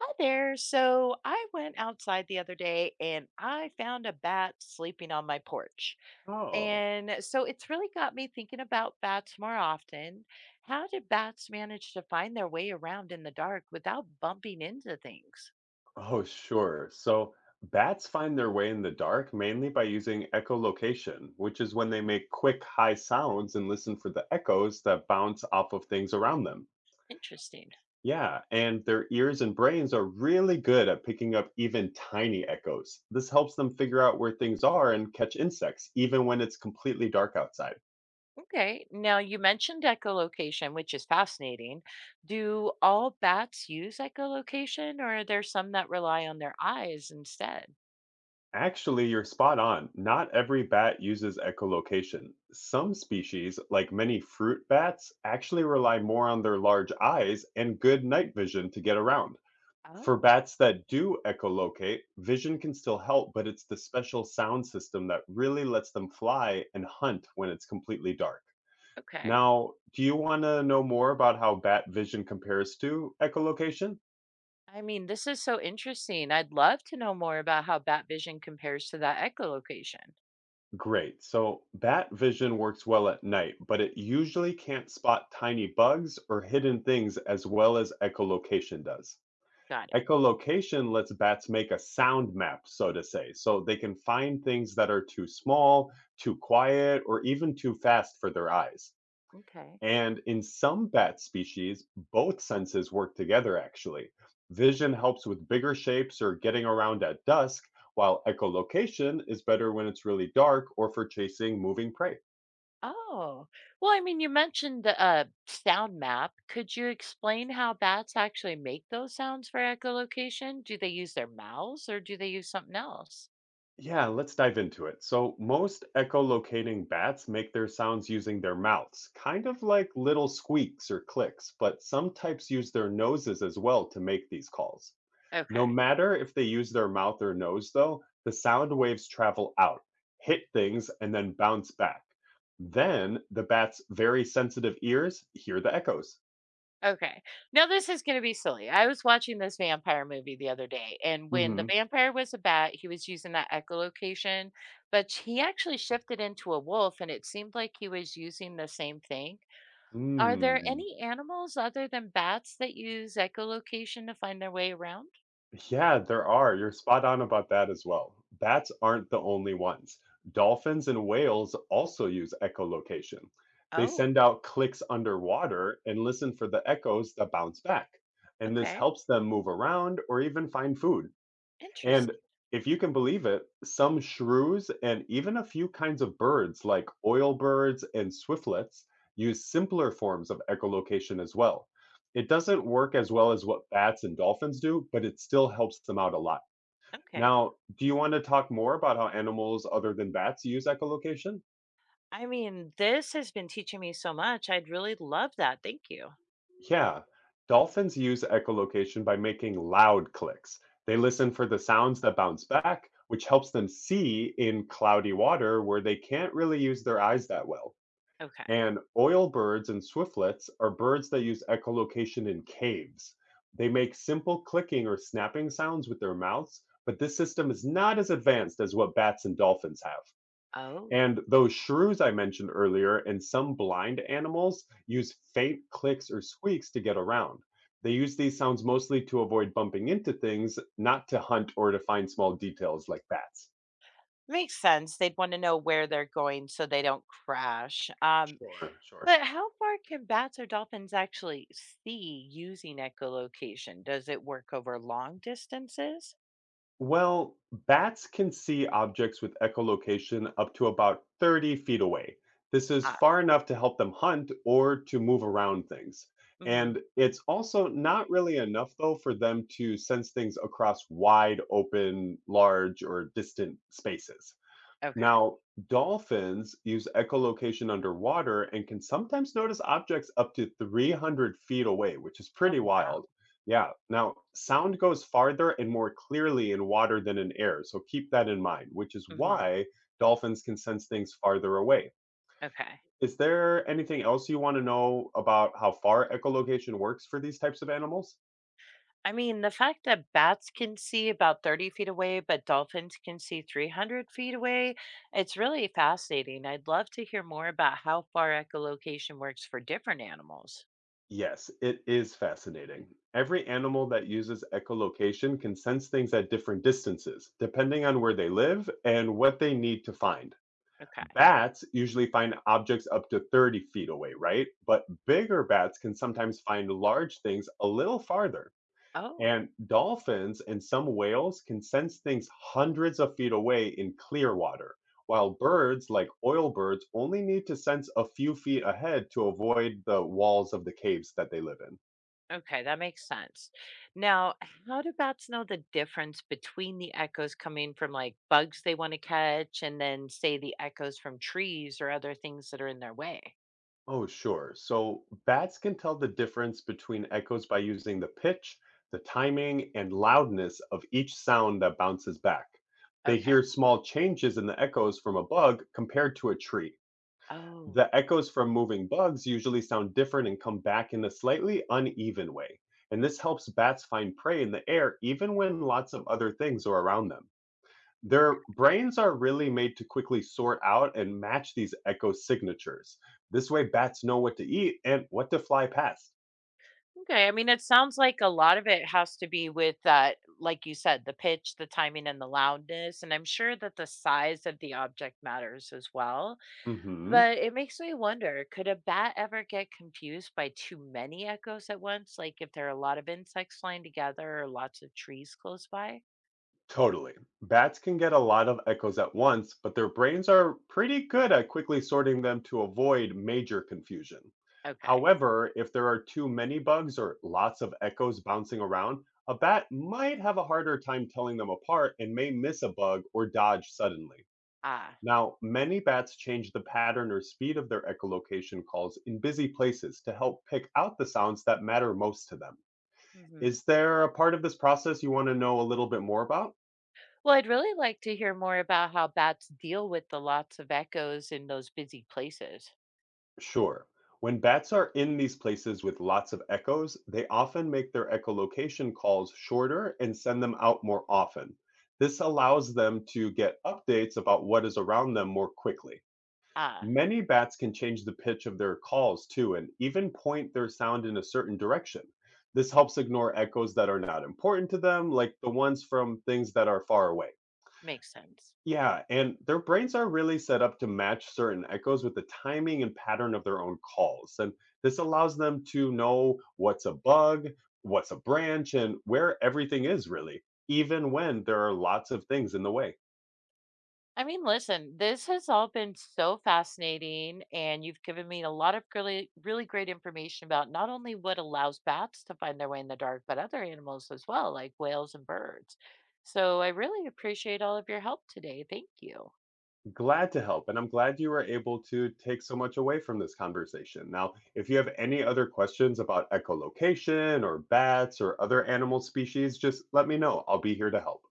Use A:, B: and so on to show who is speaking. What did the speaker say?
A: Hi there. So I went outside the other day and I found a bat sleeping on my porch.
B: Oh,
A: And so it's really got me thinking about bats more often. How did bats manage to find their way around in the dark without bumping into things?
B: oh, sure. So bats find their way in the dark mainly by using echolocation, which is when they make quick, high sounds and listen for the echoes that bounce off of things around them.
A: Interesting.
B: Yeah, and their ears and brains are really good at picking up even tiny echoes. This helps them figure out where things are and catch insects, even when it's completely dark outside.
A: Okay. Now you mentioned echolocation, which is fascinating. Do all bats use echolocation or are there some that rely on their eyes instead?
B: Actually, you're spot on. Not every bat uses echolocation. Some species, like many fruit bats, actually rely more on their large eyes and good night vision to get around. For
A: Oh,
B: bats that do echolocate, vision can still help, but it's the special sound system that really lets them fly and hunt when it's completely dark.
A: okay.
B: Now, do you want to know more about how bat vision compares to echolocation?
A: I mean, this is so interesting. I'd love to know more about how bat vision compares to that echolocation.
B: Great. So bat vision works well at night, but it usually can't spot tiny bugs or hidden things as well as echolocation does.
A: Got it.
B: Echolocation lets bats make a sound map, so to say, so they can find things that are too small, too quiet, or even too fast for their eyes.
A: Okay.
B: And in some bat species, both senses work together actually. Vision helps with bigger shapes or getting around at dusk, while echolocation is better when it's really dark or for chasing moving prey.
A: Oh, well, I mean, you mentioned the sound map. Could you explain how bats actually make those sounds for echolocation? Do they use their mouths or do they use something else?
B: Yeah, let's dive into it. So, most echolocating bats make their sounds using their mouths, kind of like little squeaks or clicks, but some types use their noses as well to make these calls. No
A: Okay.
B: matter if they use their mouth or nose, though, the sound waves travel out, hit things, and then bounce back. Then the bat's very sensitive ears hear the echos.
A: Okay. Now this is gonna be silly. I was watching this vampire movie the other day, and when the
B: Hmm.
A: vampire was a bat, he was using that echolocation, but he actually shifted into a wolf, and it seemed like he was using the same thing. Are there
B: Mm.
A: any animals other than bats that use echolocation to find their way around?
B: Yeah, there are. You're spot on about that as well. Bats aren't the only ones. Dolphins and whales also use echolocation. They
A: Oh,
B: send out clicks underwater and listen for the echoes that bounce back. And this
A: okay.
B: helps them move around or even find food. And
A: Interesting.
B: if you can believe it, some shrews and even a few kinds of birds, like oilbirds and swiftlets, use simpler forms of echolocation as well. It doesn't work as well as what bats and dolphins do, but it still helps them out a lot.
A: Okay.
B: Now, do you want to talk more about how animals other than bats use echolocation?
A: I mean, this has been teaching me so much. I'd really love that. Thank you.
B: Yeah, dolphins use echolocation by making loud clicks. They listen for the sounds that bounce back, which helps them see in cloudy water where they can't really use their eyes that well.
A: Okay.
B: And oil birds and swiftlets are birds that use echolocation in caves. They make simple clicking or snapping sounds with their mouths, but this system is not as advanced as what bats and dolphins have.
A: Oh.
B: And those shrews I mentioned earlier and some blind animals use faint clicks or squeaks to get around. They use these sounds mostly to avoid bumping into things, not to hunt or to find small details like bats.
A: Makes sense. They'd want to know where they're going so they don't crash.
B: Sure, sure.
A: But how far can bats or dolphins actually see using echolocation? Does it work over long distances?
B: Well, bats can see objects with echolocation up to about 30 feet away. This is
A: Ah,
B: far enough to help them hunt or to move around things.
A: hmm,
B: And it's also not really enough, though, for them to sense things across wide open, large, or distant spaces.
A: okay.
B: Now, dolphins use echolocation underwater and can sometimes notice objects up to 300 feet away, which is
A: Oh,
B: pretty
A: wow.
B: wild. Yeah. Now, sound goes farther and more clearly in water than in air. So keep that in mind, which is
A: Hmm.
B: why dolphins can sense things farther away.
A: Okay.
B: Is there anything else you want to know about how far echolocation works for these types of animals?
A: I mean, the fact that bats can see about 30 feet away, but dolphins can see 300 feet away, it's really fascinating. I'd love to hear more about how far echolocation works for different animals.
B: Yes, it is fascinating. Every animal that uses echolocation can sense things at different distances, depending on where they live and what they need to find.
A: Okay.
B: Bats usually find objects up to 30 feet away, right? But bigger bats can sometimes find large things a little farther.
A: Oh.
B: And dolphins and some whales can sense things hundreds of feet away in clear water, while birds, like oil birds, only need to sense a few feet ahead to avoid the walls of the caves that they live in.
A: Okay, that makes sense. Now, how do bats know the difference between the echoes coming from like bugs they want to catch and then say the echoes from trees or other things that are in their way?
B: Oh, sure. So bats can tell the difference between echoes by using the pitch, the timing, and loudness of each sound that bounces back. They
A: Okay.
B: hear small changes in the echoes from a bug compared to a tree.
A: Oh.
B: The echoes from moving bugs usually sound different and come back in a slightly uneven way. And this helps bats find prey in the air even when lots of other things are around them. Their brains are really made to quickly sort out and match these echo signatures. This way, bats know what to eat and what to fly past.
A: Okay. I mean, it sounds like a lot of it has to be with that, like you said, the pitch, the timing, and the loudness. And I'm sure that the size of the object matters as well.
B: Hmm.
A: But it makes me wonder, could a bat ever get confused by too many echoes at once? Like if there are a lot of insects flying together or lots of trees close by?
B: Totally. Bats can get a lot of echoes at once, but their brains are pretty good at quickly sorting them to avoid major confusion.
A: Okay.
B: However, if there are too many bugs or lots of echoes bouncing around, a bat might have a harder time telling them apart and may miss a bug or dodge suddenly.
A: Ah.
B: Now, many bats change the pattern or speed of their echolocation calls in busy places to help pick out the sounds that matter most to them.
A: Hmm.
B: Is there a part of this process you want to know a little bit more about?
A: Well, I'd really like to hear more about how bats deal with the lots of echoes in those busy places.
B: Sure. When bats are in these places with lots of echoes, they often make their echolocation calls shorter and send them out more often. This allows them to get updates about what is around them more quickly.
A: Ah,
B: Many bats can change the pitch of their calls too, and even point their sound in a certain direction. This helps ignore echoes that are not important to them, like the ones from things that are far away.
A: makes sense.
B: Yeah, and their brains are really set up to match certain echoes with the timing and pattern of their own calls. And this allows them to know what's a bug, what's a branch, and where everything is really, even when there are lots of things in the way.
A: I mean, listen, this has all been so fascinating, and you've given me a lot of really, really great information about not only what allows bats to find their way in the dark, but other animals as well, like whales and birds. So I really appreciate all of your help today. Thank you.
B: Glad to help, and I'm glad you were able to take so much away from this conversation. Now, if you have any other questions about echolocation or bats or other animal species, just let me know. I'll be here to help.